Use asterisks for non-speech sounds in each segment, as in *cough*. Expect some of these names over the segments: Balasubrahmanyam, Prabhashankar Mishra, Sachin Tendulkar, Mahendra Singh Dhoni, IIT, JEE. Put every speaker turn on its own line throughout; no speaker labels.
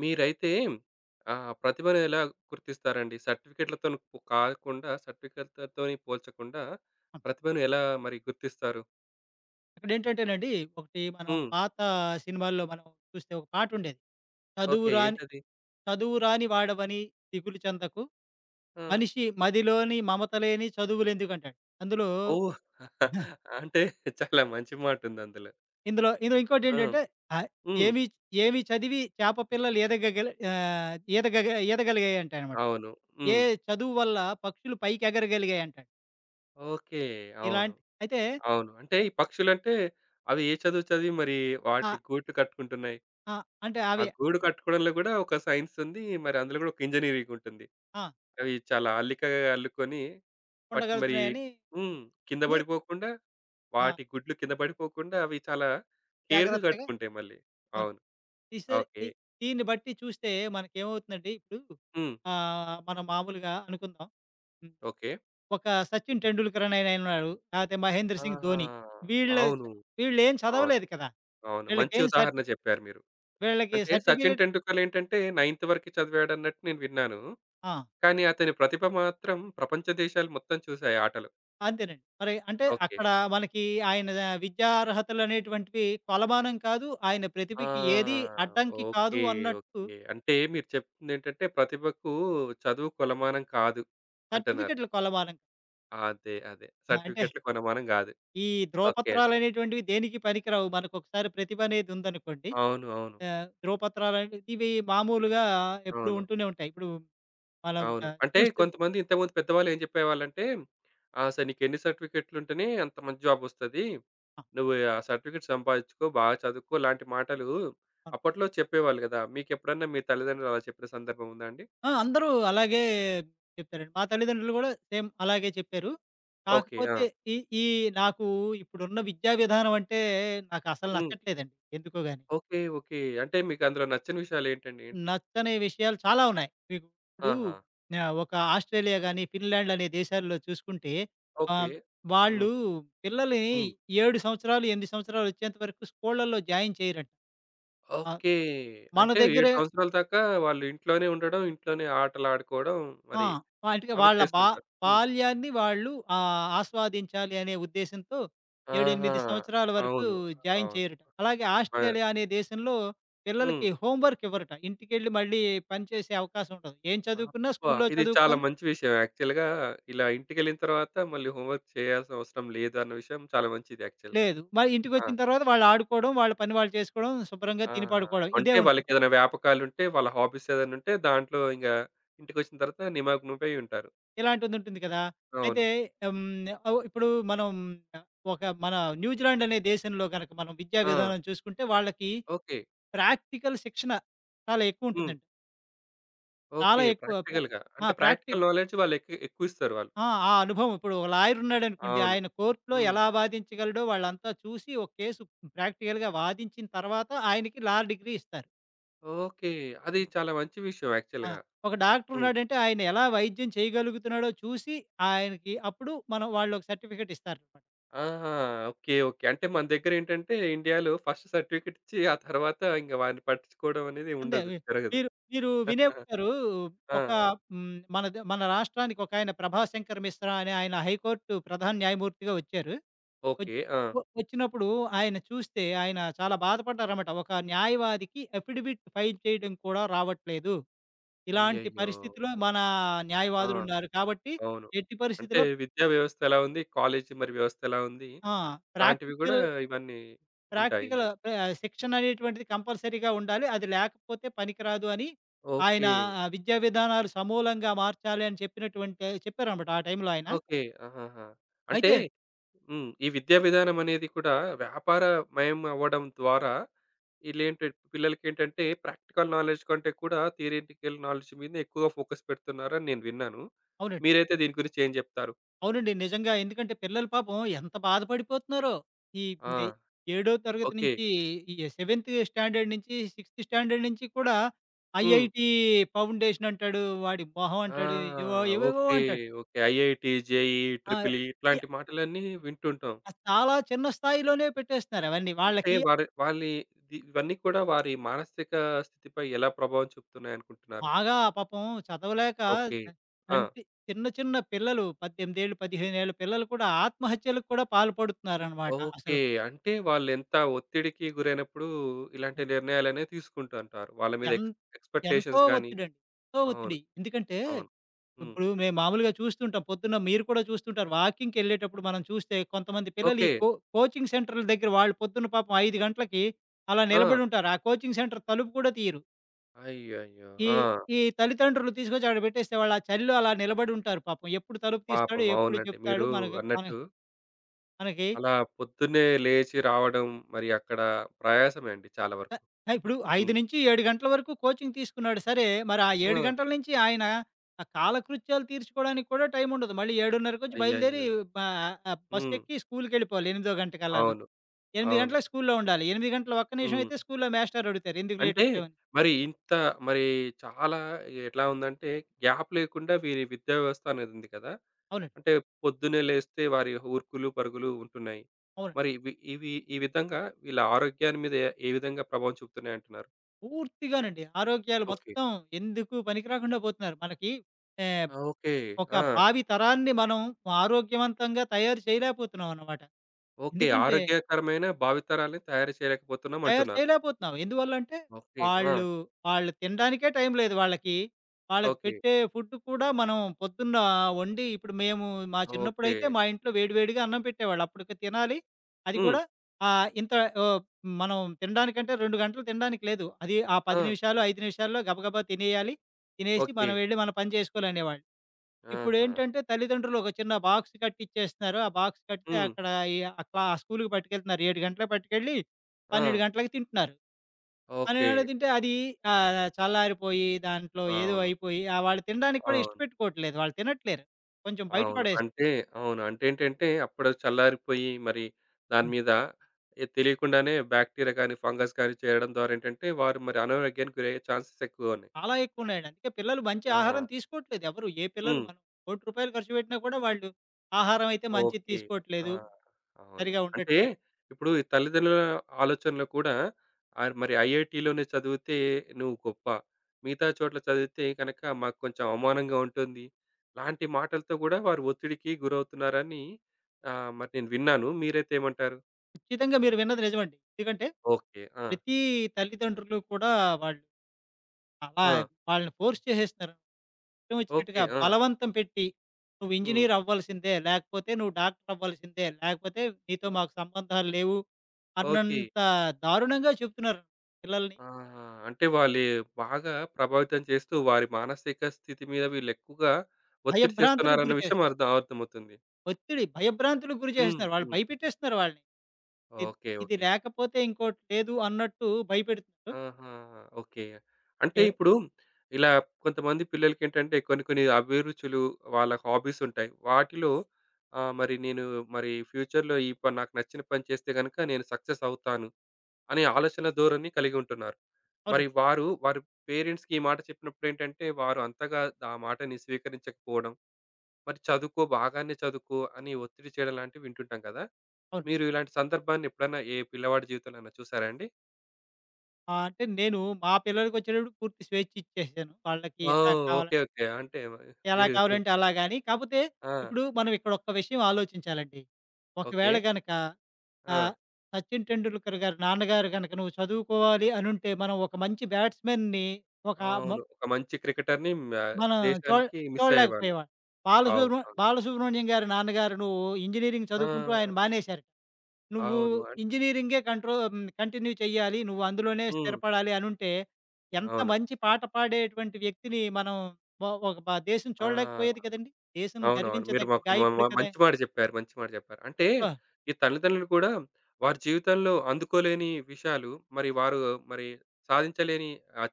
మీరైతే ప్రతిభను ఎలా గుర్తిస్తారండి? సర్టిఫికేట్‌లతోని కాకుండా సర్టిఫికేట్‌లతోని పోల్చకుండా ప్రతిభను ఎలా మరి గుర్తిస్తారు?
అక్కడేంటంటేనండి, ఒకటి మనం
హ్మ్.
పాత సినిమాల్లో మనం చూస్తే ఒక పాటుండేది.
ఓకే.
చదువురాని
ఏంటది?
చదువురాని వాడవని దిగులు చెందకు,
ఆ!
మనిషి మదిలోని మమత లేని చదువులెందుకంటాడు. అందులో
ఓహ్!
*laughs*
*laughs* అంటే చాలా మంచి మాటుంది అందులో.
ఇందులో ఇందులో
ఆ!
ఇంకోటేంటంటే, ఆహ్,
హ్మ్.
ఏమి ఏమి చదివి చేప పిల్లలు ఈదగగలి ఆహ్, ఈదగగ ఈదగలిగాయంటాయనమాట.
అవును.
ఏ
హ్మ్.
చదువు వల్ల పక్షులు పైకెగరగలిగాయంటాడు.
ఓకే. అవును.
ఇలాంటి అయితే
అవును. అంటే ఈ పక్షులంటే అవి ఏ చదువు చదివి మరి వాటిని
ఆహ్,
గూట్లు కట్టుకుంటున్నాయి.
ఆహ్, అంటే
ఆ
అవి
గూడు కట్టుకోవడంలో గూడా ఒక సైన్స్ ఉంది. మరి అందులో గూడా ఒక ఇంజినీరింగ్ ఉంటుంది.
ఆ!
అవి చాలా అల్లికగా అల్లుకొని వాటిని మరి
ఉండగలుగుతున్నాయని
హ్మ్. కింద
అని
పడిపోకుండా
ఆ!
వాటి గుడ్లు కింద పడిపోకుండా అవి చాలా కేర్‌గా
జాగ్రత్తగా
కట్టుకుంటాయి మళ్ళీ.
అవును.
అవును.
ఈ సరి
ఓకే.
ఈ దీన్ని బట్టి చూస్తే మనకేమవుతుందంటే ఇప్పుడు
హ్మ్.
మనం మామూలుగా అనుకుందాం. హ్మ్.
ఓకే.
ఒక 'సచిన్ టెండూల్కర్' అని ఆయన ఉన్నాడు. లేకపోతే 'మహేంద్ర సింగ్
ఆహా!
ధోని' వీళ్ళ
అవును.
వీళ్ళు వీళ్ళేం
అవును.
చదవలేదు కదా!
అవును. మంచి
వీళ్ళకేం సర్ట్
ఉదాహరణ చెప్పారు మీరు.
వీళ్ళకి
అంటే 'సచిన్
సర్టిఫికేట్
టెండూల్కర్' ఏంటంటే నైన్త్ వరకే చదివాడన్నట్టు నేను విన్నాను.
ఆ!
కానీ అతని ప్రతిభ మాత్రం ప్రపంచ దేశాలు మొత్తం చూసాయి ఆటలు.
అంతేనండి. మరి అంటే
ఓకే.
అక్కడ మనకి ఆయన విద్యా అర్హతలనేటువంటివి కొలమానం కాదు. ఆయన ప్రతిభకి ఏది
ఆ!
అడ్డంకి కాదు
ఓకే.
అన్నట్టు
ఓకే. అంటే మీరు చెప్తుందేంటంటే ప్రతిభకు చదువు కొలమానం కాదు అంటున్నారు.
సర్టిఫికేట్‌లు కొలమానం.
అదే. అదే.
కాదు. అంటే
సర్టిఫికేట్‌లు కొలమానం కాదు.
ఈ
ఓకే అండి.
ధ్రువపత్రాలనేటువంటివి దేనికి పనికిరావు. మనకొకసారి ప్రతిభనేదుందనుకోండి
అవును. అవును.
ధ్రువపత్రాలంటే ఇవి మామూలుగా ఎప్పుడూ
అవును.
ఉంటూనే ఉంటాయి. ఇప్పుడు మనం
అవును. అంటే
చూస్తూ
కొంతమంది ఇంతకుముందు పెద్దవాళ్ళు ఏం చెప్పేవాళ్ళంటే, "ఆ! అసలు నీకెన్ని సర్టిఫికేట్‌లు ఉంటేనే అంత మంచి జాబ్ వస్తది.
ఆ!
నువ్వు ఆ సర్టిఫికేట్ సంపాదించుకో, బాగా చదువుకో" లాంటి మాటలు
అవును.
అప్పట్లో చెప్పేవాళ్ళు కదా! మీకెప్పుడన్నా మీ తల్లిదండ్రులు అలా చెప్పిన సందర్భం ఉందా అండి?
ఆ! అందరూ అలాగే చెప్తారండి. మా తల్లిదండ్రులు గూడా సేమ్ అలాగే చెప్పారు.
ఓకే. ఆ!
కాకపోతే ఈ ఈ నాకు ఇప్పుడున్న విద్యా విధానం అంటే నాకసలు
హ్మ్.
నచ్చట్లేదండి. ఎందుకో గాని.
ఓకే. ఓకే. అంటే మీకు అందులో నచ్చిన విషయాలేంటండి? ఏంటి?
నచ్చని విషయాలు చాలా ఉన్నాయి. మీకు ఇప్పుడు
ఆహా!
ఒక ఆస్ట్రేలియా గాని, ఫిన్లాండ్ అనే దేశాల్లో చూసుకుంటే
ఓకే.
ఆహ్,
హ్మ్.
వాళ్ళు పిల్లల్ని
హ్మ్.
7 సంవత్సరాలు, 8 సంవత్సరాలొచ్చేంత వరకు స్కూళ్ళల్లో జాయిన్ చేయరంట. ఆ!
ఓకే.
మన
అంటే 7
దగ్గరే
సంవత్సరాల దాకా వాళ్ళు ఇంట్లోనే ఉండడం, ఇంట్లోనే ఆటలాడుకోవడం
ఆ!
మరి
వాటికి
అవి
వాళ్ళ బా
చేస్తుంటారు. హ్మ్.
బాల్యాన్ని వాళ్ళు ఆస్వాదించాలి అనే ఉద్దేశ్యంతో 7,
ఆహా!
8 సంవత్సరాల వరకు
అవును.
జాయిన్
అవును.
చేయరట. అలాగే
ఆ!
ఆస్ట్రేలియా అనే దేశంలో
హ్మ్.
పిల్లలకి హోంవర్క్ ఇవ్వరట. ఇంటికెళ్ళి మళ్ళీ పని చేసే అవకాశం ఉండదు. ఏం చదువుకున్నా
అబ్బా!
స్కూల్లో
ఇది చాలా
చదువుకోవాలి.
మంచి విషయం యాక్చువల్‌గా. ఇలా ఇంటికెళ్ళిన తర్వాత మళ్ళీ హోంవర్క్ చేయాల్సిన అవసరం లేదు అన్న విషయం చాలా మంచిది యాక్చువల్‌గా.
లేదు. మరి
ఆ!
ఇంటికొచ్చిన తర్వాత వాళ్ళు ఆడుకోవడం, వాళ్ళ పని వాళ్ళు చేసుకోవడం, శుభ్రంగా
ఆ!
తిని పడుకోవడం ఇదే
అంటే
ఉంటుంది.
వాళ్ళకేదైనా వ్యాపకాలుంటే, వాళ్ళ హాబీస్ ఏదైనా ఉంటే దాంట్లో ఇంటికొచ్చిన తర్వాత నిమగ్నమై ఉంటారు.
ఇలాంటిది ఉంటుంది కదా! అయితే
అవును.
హ్మ్. ఇప్పుడు మనం ఒక మన న్యూజిలాండ్ అనే దేశంలో గనక మనం విద్యా
ఆ!
విధానం చూసుకుంటే వాళ్ళకి
ఓకే.
ప్రాక్టికల్ శిక్షణ చాలా
హ్మ్.
ఎక్కువుంటుందండి. చాలా
ఓకే.
ఎక్కువ ప్ర
ప్రాక్టికల్‌గా.
ఆ!
అంటే
ప్రాక్టి
ప్రాక్టికల్ నాలెడ్జ్ ఎక్కువిస్తారు వాళ్ళు.
ఆ! ఆ అనుభవం ఇప్పుడు ఒక లాయర్ ఉన్నాడనుకోండి,
అవును.
ఆయన కోర్ట్‌లో
హ్మ్.
ఎలా వాదించగలడో వాళ్ళంతా చూసి, ఒక కేసు ప్రాక్టికల్‌గా వాదించిన తర్వాత ఆయనకి లా డిగ్రీ ఇస్తారు.
ఓకే. అది చాలా మంచి విషయం
ఆ!
యాక్చువల్‌గా.
ఒక డాక్టర్
హ్మ్.
ఉన్నాడంటే, ఆయన ఎలా వైద్యం చేయగలుగుతున్నాడో చూసి, ఆయనకి అప్పుడు వాళ్ళు ఒక సర్టిఫికేట్ ఇస్తారనమాట.
ఆహా! ఓకే. ఓకే. అంటే మన దగ్గరేంటంటే ఇండియాలో ఫస్ట్ సర్టిఫికేట్ ఇచ్చి, ఆ తర్వాత ఇంక వారిని పట్టించుకోవడం అనేది
అంతే
ఉండదు.
వి
జరగదు.
మీరు మీరు వినే
*laughs*
ఉంటారు.
ఆ!
ఒక హ్మ్. మన రాష్ట్రానికి ఒకాయన 'ప్రభాశంకర్ మిశ్రా' అనే ఆయన హైకోర్టు ప్రధాన న్యాయమూర్తిగా వచ్చారు.
ఓకే.
వచ్చి
ఆ!
వచ్చినప్పుడు ఆయన చాలా బాధపడ్డారన్నమాట. ఒక న్యాయవాదికి అఫిడవిట్ ఫైల్ చేయడం కూడా రావట్లేదు. ఇలాంటి
అయ్యయ్యో!
పరిస్థితిలో మన
ఆ!
న్యాయవాదులున్నారు. కాబట్టి
అవును.
ఎట్టి
అంటే
పరిస్థితిలో
విద్యా వ్యవస్థ ఎలా ఉంది? కాలేజీ మరి వ్యవస్థ ఎలా ఉంది?
ఆ!
లాంటివి గూడా
ప్రాక్టికల్
ఇవన్నీ ఉంటాయి
ప్రాక్టికల్
ఇందులో.
ప శిక్షణ అనేటువంటిది కంపల్సరీగా ఉండాలి. అది లేకపోతే పనికిరాదు అని ఆయన
ఓకే.
విద్యా విధానాలు సమూలంగా మార్చాలి అని చెప్పారన్నమాట ఆ టైంలో ఆయన.
ఓకే. ఆహాహా! అంటే
అయితే
హ్మ్. ఈ విద్యా విధానం అనేది కూడా వ్యాపారమయం అవ్వడం ద్వారా ఈళ్ళేంటి పిల్లలకేంటంటే ప్రాక్టికల్ నాలెడ్జ్ కంటే కూడా థియరిటికల్ నాలెడ్జ్ మీద ఎక్కువ ఫోకస్ పెడుతున్నారని నేను విన్నాను.
అవునండి.
మీరైతే దీని గురించి ఏం జెప్తారు?
అవునండి. నిజంగా. ఎందుకంటే పిల్లలు పాపం ఎంత బాధపడిపోతున్నారో. ఈ
ఆ!
నె ఏడో తరగతి
ఓకే.
నుంచి సెవెంత్ స్టాండర్డ్ నుంచి, సిక్స్త్ స్టాండర్డ్ నుంచి కూడా
హ్మ్.
ఐఐటీ ఫౌండేషన్ అంటాడు. వాడి మొహం
ఆ!
అంటాడు. ఏవేవో
ఓకే.
అంటాడు.
ఓకే. ఐఐటీ, జేఈఈ,
ఆ!
ట్రిపుల్ ఈ
ఈ
ఇట్లాంటి మాటలన్నీ వింటుంటాం.
ఆ చాలా చిన్న స్థాయిలోనే పెట్టేస్తున్నారు అవన్నీ.
అంటే
వాళ్ళకి
వారి వాళ్ళి ది ఇవన్నీ కూడా వారి మానసిక స్థితిపై ఎలా ప్రభావం చూపుతున్నాయనుకుంటున్నారు?
బాగా పాపం చదవలేక
ఓకే. ఆ!
తంటి చిన్న చిన్న పిల్లలు 18 ఏళ్ళు, 15 ఏళ్ళ పిల్లలు కూడా ఆత్మహత్యలకు కూడా పాల్పడుతున్నారనమాట
ఓకే.
అసలు.
అంటే వాళ్ళెంత ఒత్తిడికి గురైనప్పుడు ఇలాంటి నిర్ణయాలనేవి తీసుకుంటుంటారు. వాళ్ళ మీద
ఎన్ ఎంతో
ఎక్స్‌పెక్టేషన్స్ గాని
ఒత్తిడండి. ఎంతో
అవును.
ఒత్తిడి. ఎందుకంటే,
అవును. హ్మ్.
ఇప్పుడు మేము మామూలుగా చూస్తుంటాం. పొద్దున్న మీరు కూడా చూస్తుంటారు. వాకింగ్‌కెళ్ళేటప్పుడు మనం చూస్తే కొంతమంది పిల్లలు ఈ
ఓకే.
కో కోచింగ్ సెంటర్‌ల దగ్గర వాళ్ళు పొద్దున్న పాపం 5 గంటలకి అలా
ఆ!
నిలబడి ఉంటారు. ఆ కోచింగ్ సెంటర్ తలుపు కూడా తీయరు.
అయ్యయ్యో!
ఈ
ఆ!
ఈ తల్లిదండ్రులు తీసుకొచ్చి ఆడ పెట్టేస్తే వాళ్ళు ఆ చలిలో అలా నిలబడి ఉంటారు పాపం. ఎప్పుడు తలుపు
పాపం
తీస్తాడు? ఎప్పుడు
అవునండి.
చెప్తాడు?
మీరు
మనకి మన
అన్నట్టు
మనకి
అలా పొద్దున్నే లేచి రావడం మరి అక్కడ ప్రయాసమే అండి చాలా
అ!
వరకు.
ఆ! ఇప్పుడు
హ్మ్.
5-7 గంటల వరకు కోచింగ్ తీసుకున్నాడు సరే, మరి ఆ
ఆ!
7 గంటల నుంచి ఆయన ఆ కాలకృత్యాలు తీర్చుకోవడానికి కూడా టైముండదు. మళ్ళీ 7:30కొచ్చి బయలుదేరి
అయ్యయ్యో!
బా
హ్మ్.
బస్సెక్కి స్కూలుకెళ్ళిపోవాలి 8 గంటకల్లాను.
అవును.
8
అవును.
గంటలకు స్కూలులో ఉండాలి. 8 గంటల ఒక్క నిమిషం
హ్మ్.
అయితే స్కూలులో మేస్టారు అడుగుతారు, "ఎందుకు
అంటే
లేటొచ్చావని?"
మరి ఇంత మరి చాలా ఎట్లా ఉందంటే గ్యాప్ లేకుండా వీరి విద్యా వ్యవస్థ అనేది ఉంది కదా!
అవునండి.
అంటే పొద్దున్నే లేస్తే వారి ఉరుకులు, పరుగులు ఉంటున్నాయి.
అవునండి.
మరి ఇవి ఇవి ఈ విధంగా వీళ్ళ ఆరోగ్యాన్ని మీద ఏ ఏ విధంగా ప్రభావం చూపుతున్నాయి అంటున్నారు?
పూర్తిగానండి. ఆరోగ్యాలు
ఓకే.
మొత్తం ఎందుకు పనికి రాకుండా పోతున్నారు. మనకి ఆహ్,
ఆ! ఓకే.
ఒక
ఆ!
భావి తరాన్ని మనం ఆరోగ్యవంతంగా తయారు చేయలేకపోతున్నామనమాట.
ఓకే.
ఎందుకంటే
ఆరోగ్యకరమైన భావితరాల్ని తయారు చేయలేకపోతున్నాం
తయారు
అంటున్నారు.
చేయలేకపోతున్నాం. ఎందువల్లంటే,
ఓకే. ఆ!
వాళ్ళు వాళ్ళు తినడానికే టైం లేదు వాళ్ళకి. వాళ్ళకి
ఓకే.
పెట్టే ఫుడ్ కూడా మనం పొద్దున్న వండి ఇప్పుడు మేము మా
ఓకే.
చిన్నప్పుడైతే మా ఇంట్లో వేడి వేడిగా అన్నం పెట్టేవాళ్ళు. అప్పటికి తినాలి. అది
హ్మ్.
కూడా ఆహ్, ఇంత ఓహ్, మనం తినడానికంటే 2 గంటలు తినడానికి లేదు. అది ఆ
ఆ!
10 నిమిషాలు, 5 నిమిషాల్లో గబగబా తినేయాలి. తినేసి
ఓకే.
మనం వెళ్లి మన పని చేసుకోవాలనేవాళ్ళు.
ఆహా!
ఇప్పుడేంటంటే తల్లిదండ్రులు ఒక చిన్న బాక్స్ కట్టిచ్చేస్తున్నారు. ఆ బాక్స్ కడితే
హ్మ్.
అక్కడ ఈ అట్లా ఆ స్కూలుకి పట్టుకెళ్తున్నారు. 7 గంటలకు పట్టుకెళ్ళి
ఆ!
12 గంటలకి తింటున్నారు.
ఓకే.
12 గంటలకు తింటే అది చల్లారిపోయి దాంట్లో ఏదో
అవును.
అయిపోయి వాళ్ళు తినడానికి కూడా
అవును.
ఇష్టపెట్టుకోవట్లేదు. వాళ్ళు తినట్లేరు. కొంచెం బయట
అవును.
పడేస్
అంటే అవును. అంటే ఏంటంటే, అప్పుడు చల్లారిపోయి మరి దాని
హ్మ్.
మీద తెలియకుండానే బాక్టీరియా గానీ, ఫంగస్ గానీ చేరడం ద్వారా ఏంటంటే, వారు మరి అనారోగ్యానికి గురయ్యే చాన్సెస్ ఎక్కువగా ఉన్నాయి.
చాలా ఎక్కువున్నాయండి. అందుకే పిల్లలు మంచి
ఆహా!
ఆహారం తీసుకోవట్లేదు ఎవరు. ఏ పిల్లలు
హ్మ్.
మనం ₹1,00,00,000 ఖర్చు పెట్టినా కూడా వాళ్ళు ఆహారం అయితే మంచిది
ఓకే. ఆ!
తీసుకోవట్లేదు.
అవును.
సరిగా
అంటే
ఉండట్లేదు.
ఇప్పుడు ఈ తల్లిదండ్రుల ఆలోచనలో కూడా మరి ఐఐటీలోనే చదివితే నువ్వు గొప్ప. మిగతా చోట్ల చదివితే గనక మాకు కొంచెం అవమానంగా ఉంటుంది. లాంటి మాటలతో కూడా వారు ఒత్తిడికి గురవుతున్నారని మరి నేను విన్నాను. మీరైతే ఏమంటారు?
ఖచ్చితంగా మీరు విన్నది నిజమండి. ఎందుకంటే
ఓకే. ఆ!
ప్రతి తల్లిదండ్రులు కూడా వాళ్ళు అలా
ఆ!
వాళ్ళని ఫోర్స్ చేసేస్తున్నారు. ఇష్టం
ఓకే.
వచ్చినట్టుగా
ఆ!
బలవంతం పెట్టి, "నువ్వు
హ్మ్.
ఇంజినీర్ అవ్వాల్సిందే, లేకపోతే నువ్వు డాక్టర్ అవ్వాల్సిందే, లేకపోతే నీతో మాకు సంబంధాలు లేవు"
ఓకే.
అన్నంత దారుణంగా చెప్తున్నారు. పిల్లల్ని
ఆహా! అంటే వాళ్ళు బాగా ప్రభావితం చేస్తూ వారి మానసిక స్థితి మీద వీళ్ళెక్కువగా ఒత్తిడి
భయభ్రాంతులకు
చేస్తున్నారన్న
గురి చేస్
విషయం అర్థమవుతుంది.
ఒత్తిడి, భయభ్రాంతులకు గురి
హ్మ్.
చేసేస్తున్నారు. వాళ్ళు
హ్మ్.
భయపెట్టేస్తున్నారు వాళ్ళని. ఇది
ఓకే.
ఇది
ఓకే.
లేకపోతే ఇంకోటి లేదు అన్నట్టు భయపెడుతున్నారు.
ఆహా! ఓకే. అంటే
ఏ
ఇప్పుడు ఇలా కొంతమంది పిల్లలకేంటంటే కొన్ని కొన్ని అభిరుచులు, వాళ్ళ హాబీస్ ఉంటాయి. వాటిలో ఆహ్, మరి నేను మరి ఫ్యూచర్‌లో ఈ పని నాకు నచ్చిన పని చేస్తే గనుక నేను సక్సెస్ అవుతాను అనే ఆలోచన ధోరణి కలిగి ఉంటున్నారు. మరి
అవునండి.
వారి పేరెంట్స్‌కి ఈ మాట చెప్పినప్పుడేంటంటే వారు అంతగా ఆ మాటని స్వీకరించకపోవడం, మరి చదువుకో బాగానే చదువుకో అని ఒత్తిడి చేయడం లాంటివి వింటుంటాం కదా!
అవును.
మీరు ఇలాంటి సందర్భాన్ని ఎప్పుడైనా ఏ పిల్లవాడి జీవితంలోనైనా చూసారా అండి?
ఆ! అంటే నేను మా పిల్లలకొచ్చేటప్పుడు పూర్తి స్వేచ్ఛ ఇచ్చేసాను. వాళ్ళకి ఎలా
ఓహ్! ఓకే.
కావాలంటే
ఓకే. అంటే
ఎలా
మీరు
కావాలంటే అలా గాని, కాపోతే
ఆ!
ఇప్పుడు మనం ఇక్కడ ఒక్క విషయం ఆలోచించాలండి.
ఓకే.
ఒకవేళ గనక
ఆ!
ఆహ్, 'సచిన్ టెండూల్కర్' గారి నాన్నగారు గనక నువ్వు చదువుకోవాలి అనుంటే, మనం ఒక మంచి బ్యాట్స్‌మెన్‌ని ఒక మ
అవును. ఒక మంచి క్రికెటర్‌ని
మనం చూ
దేశానికి మిస్ అయ్యేవాళ్ళం.
చూడలేకపోయేవాళ్ళం.
అవును. అవును.
బాలసుబ్రహ్మణ్యం గారి నాన్నగారు నువ్వు ఇంజినీరింగ్
ఆ!
చదువుకుంటూ ఆయన మానేశారు. నువ్వు
అవును.
ఇంజినీరింగే కంట్రో హ్మ్. కంటిన్యూ చెయ్యాలి. నువ్వు అందులోనే
హ్మ్.
స్థిరపడాలి అనుంటే, ఎంత
అవును.
మంచి పాట పాడేటువంటి వ్యక్తిని మనం ఒ ఒక బ దేశం
ఆ!
చూడలేకపోయేది కదండీ! దేశం
అవునవును. మీరు
గర్వించదగ్గ
మాకు మ మ
గాయకుడు కదా!
మంచి మాట చెప్పారు. మంచి మాట చెప్పారు. అంటే
ఆ!
ఈ తల్లిదండ్రులు కూడా వారి జీవితంలో అందుకోలేని విషయాలు మరి వారు మరి సాధించలేని ఆహ్,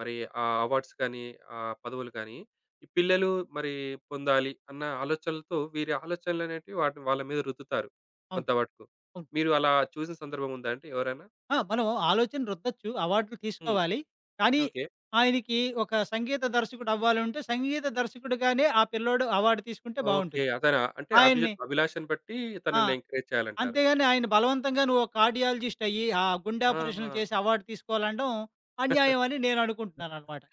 మరి ఆ అవార్డ్స్ కానీ, ఆ పదవులు కానీ ఈ పిల్లలు మరి పొందాలి అన్న ఆలోచనలతో వీరి ఆలోచనలనేటివి వాటిని వాళ్ళ మీద రుద్దుతారు
అవును.
కొంత వరకు.
అవును.
మీరు అలా చూసిన సందర్భం ఉందా అండి ఎవరైనా?
ఆ! మనం ఆలోచన రుద్దొచ్చు. అవార్డులు
హ్మ్.
తీసుకోవాలి. కానీ
ఓకే.
ఆయనకి ఒక సంగీత దర్శకుడు అవ్వాలంటే, సంగీత దర్శకుడుగానే ఆ పిల్లోడు అవార్డ్ తీసుకుంటే
ఓకే.
బావుంటుంది.
అతనా అంటే
ఆయన్ని
అభిలాషను బట్టి
ఆ!
తనని ఎంకరేజ్ చేయాలంటారు.
అంతేగాని ఆయన బలవంతంగా నువ్వు ఒక కార్డియాలజిస్ట్ అయ్యి, ఆ గుండె
ఆహా!
ఆపరేషన్‌లు చేసి అవార్డ్ తీసుకోవాలనడం అన్యాయం అని నేను అనుకుంటున్నాననమాట.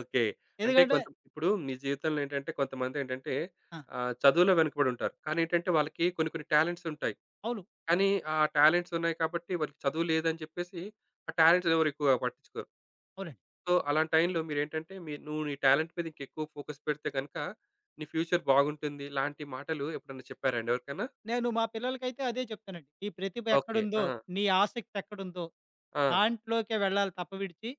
ఓకే. అంటే
ఎందుకంటే
కొంత ఇప్పుడు మీ జీవితంలో ఏంటంటే కొంతమందేంటంటే
ఆ!
చదువులో వెనకబడి ఉంటారు. కానీ ఏంటంటే వాళ్ళకి కొన్ని కొన్ని టాలెంట్స్ ఉంటాయి.
అవును.
కానీ ఆ టాలెంట్స్ ఉన్నాయి కాబట్టి వాళ్ళకి చదువు లేదని చెప్పేసి ఆ టాలెంట్స్‌ని ఎవరు ఎక్కువగా పట్టించుకోరు.
అవునండి.
సో, అలాంటి టైంలో మీరేంటంటే నువ్వు నీ టాలెంట్ మీద ఇంకా ఎక్కువ ఫోకస్ పెడితే గనుక నీ ఫ్యూచర్ బాగుంటుంది. ఇలాంటి మాటలు ఎప్పుడన్నా చెప్పారండి ఎవరికైనా?
నేను మా పిల్లలకైతే అదే చెప్తానండి. "నీ ప్రతిభ
ఓకే.
ఎక్కడుందో,
ఆ!
నీ ఆసక్తి ఎక్కడుందో
ఆ!
దాంట్లోకే వెళ్ళాలి తప్ప విడిచి,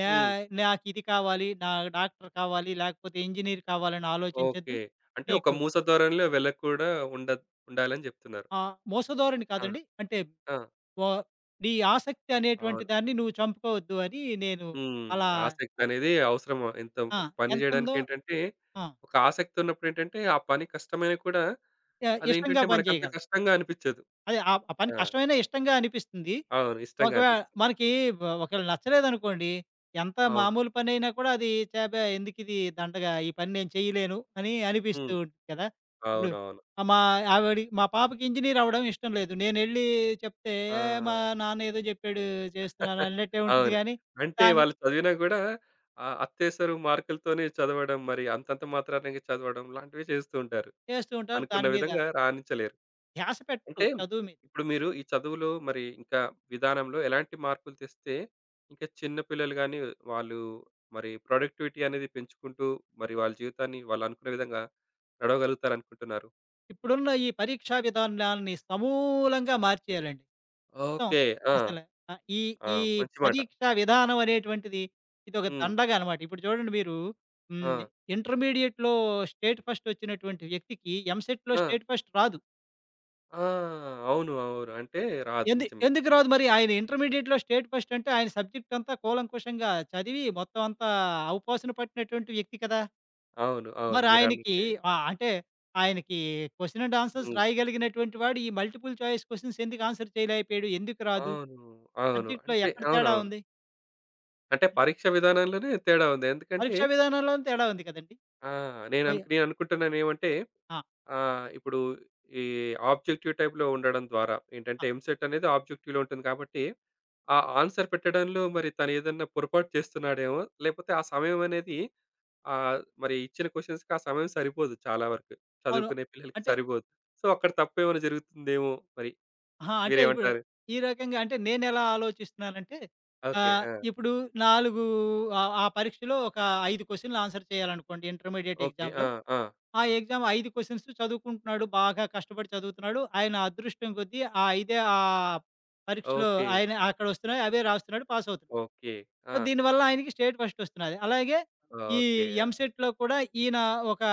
నా
హ్మ్.
నాకిది కావాలి, నాకు డాక్టర్ కావాలి, లేకపోతే ఇంజినీర్ కావాలని ఆలోచించొద్దు.
ఓకే. అంటే ఒక
నీకు
మూస ధోరణిలో వెళ్ళకుండా ఉండ ఉండాలని జెప్తున్నారు.
మోసధోరణి
ఆ!
కాదండి. అంటే
ఆ!
వ నీ ఆసక్తి అనేటువంటి
అవును.
దాన్ని నువ్వు చంపుకోవద్దు" అని నేను
హ్మ్.
అలా
ఆసక్తి అనేది అవసరం. ఎంత
ఆ!
ఒక పని
ఎంతుందో
చేయడానికేంటంటే,
ఆ!
ఒక ఆసక్తి ఉన్నప్పుడు ఏంటంటే, ఆ పని కష్టమైనా కూడా
యాహ్! ఇష్టంగా
అదేంటంటే
పని
మనకంత
చేయగలం.
కష్టంగా అనిపించదు.
అదే ఆ ఆ పని
ఆ!
కష్టమైనా ఇష్టంగా అనిపిస్తుంది.
అవును. ఇష్టంగా
ఒకవేళ
అనిపిస్తుంది.
మనకి ఒ ఒకవేళ నచ్చలేదనుకోండి, ఎంత
అవును.
మామూలు పనైనా కూడా అది ఛ! అబ్బే! ఎందుకిది దండగా ఈ పని నేను చేయలేను అని అనిపిస్తూ
హ్మ్.
ఉంటుంది కదా! ఇప్పుడు
అవునవును.
ఆహ్, మా ఆవిడి మా పాపకి ఇంజినీర్ అవ్వడం ఇష్టం లేదు. నేనెళ్ళి చెప్తే,
ఆ!
"ఏ మా నాన్న ఏదో చెప్పాడు చేస్తున్నాను"
*laughs*
అన్నట్టే ఉంటుంది
అవును.
గానీ,
అంటే
దాన్ని
వాళ్ళు చదివినా కూడా అత్యవసర మార్కులతోనే చదవడం, మరి అంతంత మాత్రానికి చదవడం లాంటివి చేస్తూ ఉంటారు.
చేస్తూ ఉంటారు.
అనుకున్న
దాని మీద
విధంగా రాణించలేరు.
ధ్యాస పెట్టరు
అంటే
చదువు మీద.
ఇప్పుడు మీరు ఈ చదువులో మరి ఇంకా విధానంలో ఎలాంటి మార్పులు తెస్తే ఇంకా చిన్న పిల్లలు కానీ వాళ్ళు మరి ప్రొడక్టివిటీ అనేది పెంచుకుంటూ మరి వాళ్ళ జీవితాన్ని వాళ్ళు అనుకునే విధంగా నడవగలుగుతారు అనుకుంటున్నారు?
ఇప్పుడున్న ఈ పరీక్షా విధానాన్ని సమూలంగా మార్చేయాలండి. మొత్తం
ఓకే. ఆ,
అసల ఆహ్, ఈ
ఆ,
ఈ
మంచి మాట.
పరీక్షా విధానం అనేటువంటిది ఇదొక
ఉమ్,
దండగ అనమాట. ఇప్పుడు చూడండి మీరు హ్మ్.
ఆ,
ఇంటర్మీడియేట్‌లో స్టేట్ ఫస్ట్ వచ్చినటువంటి వ్యక్తికి ఎంసెట్‌లో
ఆ,
స్టేట్ ఫస్ట్ రాదు.
ఆ, అవును, అవును, అంటే రాదు, నిజమే,
ఎందుకు
నిజమే,
రాదు మరి? ఆయన ఇంటర్మీడియేట్‌లో స్టేట్ ఫస్ట్ అంటే ఆయన సబ్జెక్ట్ అంతా కూలంకుషంగా చదివి మొత్తం అంతా ఔపాసన పట్టినటువంటి వ్యక్తి కదా!
అవును, అవును,
మరి
మీరు
ఆయనకి
అన్నట్టే.
ఆహ్, అంటే ఆయనకి క్వెషన్ అండ్ ఆన్సర్స్
ఉమ్,
రాయగలిగినటువంటి వాడు ఈ మల్టిపుల్ చాయిస్ క్వెషన్స్ ఎందుకు ఆన్సర్ చేయలేకపోయాడు? ఎందుకు రాదు?
అవును, అవును,
సబ్జెక్ట్‌లో
అంటే
ఎక్కడ
అవును,
తేడా
అవును,
ఉంది?
అంటే పరీక్ష విధానంలోనే తేడా ఉంది ఎందుకంటే
పరీక్షా విధానంలోనే తేడా ఉంది కదండీ!
ఆ,
అయ్
నేను అనుకుంటున్నాను ఏమంటే
ఆ!
ఆ! ఇప్పుడు ఈ ఆబ్జెక్టివ్ టైప్‌లో ఉండడం ద్వారా
ఆ!
ఏంటంటే, ఎంసెట్ అనేది ఆబ్జెక్టివ్‌లో ఉంటుంది కాబట్టి, ఆ ఆన్సర్ పెట్టడంలో మరి తనేదన్నా పొరపాటు చేస్తున్నాడేమో! లేపోతే ఆ సమయం అనేది ఆహ్, మరి ఇచ్చిన క్వెషన్స్‌కి ఆ సమయం సరిపోదు చాలా వరకు.
అవును.
చదువుకునే పిల్లలకి
అంటే
సరిపోదు. సో, అక్కడ తప్పేమైనా జరుగుతుందేమో మరి.
అహా! అంటే ఇప్పుడు
మీరేమంటారు?
ఈ రకంగా అంటే నేనెలా ఆలోచిస్తున్నానంటే
ఓకే. ఆ!
ఇప్పుడు 4 ఆహ్, ఆ పరీక్షలో ఒక 5 క్వెషన్‌లు ఆన్సర్ చేయాలనుకోండి ఇంటర్మీడియేట్
ఓకే.
ఎగ్జామ్‌లో.
ఆ! ఆ!
ఆ ఎగ్జామ్ 5 క్వెషన్స్ చదువుకుంటున్నాడు. బాగా కష్టపడి చదువుతున్నాడు. ఆయన అదృష్టం కొద్దీ ఆ 5 పరీక్షలో
ఓకే.
ఆయన అక్కడ వస్తున్నాయి. అవే రాస్తున్నాడు. పాస్ అవుతున్నాడు.
ఓకే.
సో,
ఆ!
దీనివల్ల ఆయనకి స్టేట్ ఫస్ట్ వస్తున్నాది. అలాగే ఈ
ఓకే. ఆ!
ఎంసెట్‌లో కూడా ఈయన ఒక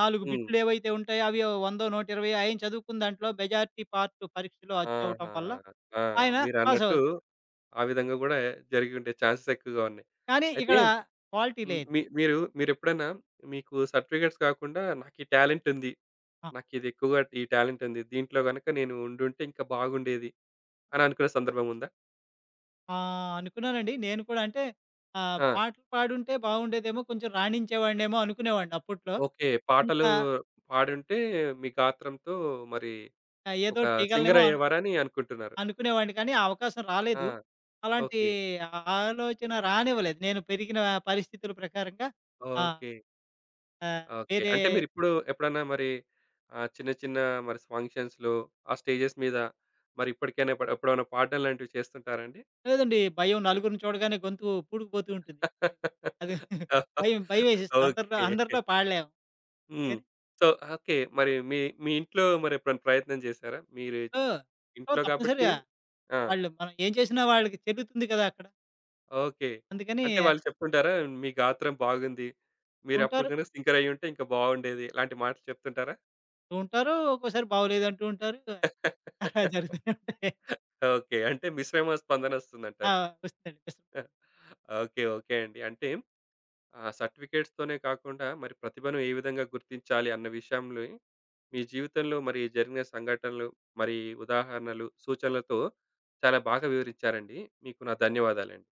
4
హ్మ్.
బిట్లు ఏవైతే ఉంటాయో అవి 100, 120 ఆయన చదువుకున్న దాంట్లో మెజారిటీ పార్ట్ పరీక్షలో అచ్చవ్వటం
ఆహా!
వల్ల
ఆ!
ఆయన పాస్
మీరన్నట్టు
అవ్వచ్చు.
ఆ విధంగా గూడా జరిగి ఉండే ఛాన్సెస్ ఎక్కువగా ఉన్నాయి.
కానీ
అయితే
ఇక్కడ క్వాలిటీ
హ్మ్.
లేదు.
మీ మీరు మీరెప్పుడైనా మీకు సర్టిఫికేట్స్ కాకుండా నాకు ఈ టాలెంట్ ఉంది. నాకు ఇది ఎక్కువగా ఈ టాలెంట్ ఉంది. దీంట్లో గనుక నేను ఉండుంటే ఇంకా బాగుండేది అని అనుకున్న సందర్భం ఉందా?
ఆ! అనుకున్నానండి. నేను కూడా అంటే
ఆ!
పాటలు పాడుంటే బాగుండేదేమో, కొంచెం రాణించేవాడినేమో అనుకునేవాడిని అప్పట్లో.
ఓకే.
అంత
పాటలు పాడుంటే మీ గాత్రంతో మరి ఒక
ఏదోటి
సింగర్
చేయగలనేమో
అయ్యేవారని అనుకుంటున్నారు.
అనుకునేవాడిని. కానీ ఆ అవకాశం
ఆ!
రాలేదు. అలాంటి
ఓకే.
ఆలోచన రానివ్వలేదు. నేను పెరిగిన పరిస్థితుల ప్రకారంగా ఆహ్,
ఓకే.
ఆహ్,
ఓకే.
వేరే
అంటే మీరిప్పుడు ఎప్పుడన్నా మరి చిన్న చిన్న మరి ఫంక్షన్స్‌లో ఆ స్టేజెస్ మీద మరి ఇప్పటికైనా ఎప్పుడైనా పాడడం లాంటివి చేస్తుంటారా అండి?
లేదండి భయం నలుగురిని చూడగానే గొంతు పూడుకుపోతూ ఉంటుంది. అది
*laughs*
భయం భయమేసేస్తుంది. అందరిలో
ఓకే.
అందరిలో పాడలేము.
హ్మ్.
అందుకని
సో, ఓకే. మరి మీ మీ ఇంట్లో మరెప్పుడైనా ప్రయత్నం చేశారా? మీరు
సో, సో,
ఇంట్లో కాబట్టి
తప్పనిసరిగా
ఆ!
వాళ్ళు మనం ఏం చేసినా వాళ్ళకి చెల్లుతుంది కదా! అక్కడ.
ఓకే.
అందుకని
అంటే వాళ్ళు చెప్తుంటారా? మీ గాత్రం బాగుంది. మీరప్పుడు
ఉంటారు.
గనుక సింగర్ అయ్యుంటే ఇంకా బాగుండేది. ఇలాంటి మాటలు చెప్తుంటారా?
ఉంటారు. ఒక్కోసారి బాగోలేదంటూ ఉంటారు. అలా
*laughs*
జరుగుతూనే ఉంటాయి.
ఓకే. అంటే మిశ్రమ
ఆ!
స్పందనొస్తుందంటారు.
వస్తాడు.
ఓకే. ఓకే అండి. అంటే ఆ సర్టిఫికేట్స్‌తోనే కాకుండా మరి ప్రతిభను ఏ విధంగా గుర్తించాలి అన్న విషయంలో మీ జీవితంలో మరి జరిగిన సంఘటనలు, మరి ఉదాహరణలు, సూచనలతో చాలా బాగా వివరించారండి. మీకు నా ధన్యవాదాలండి.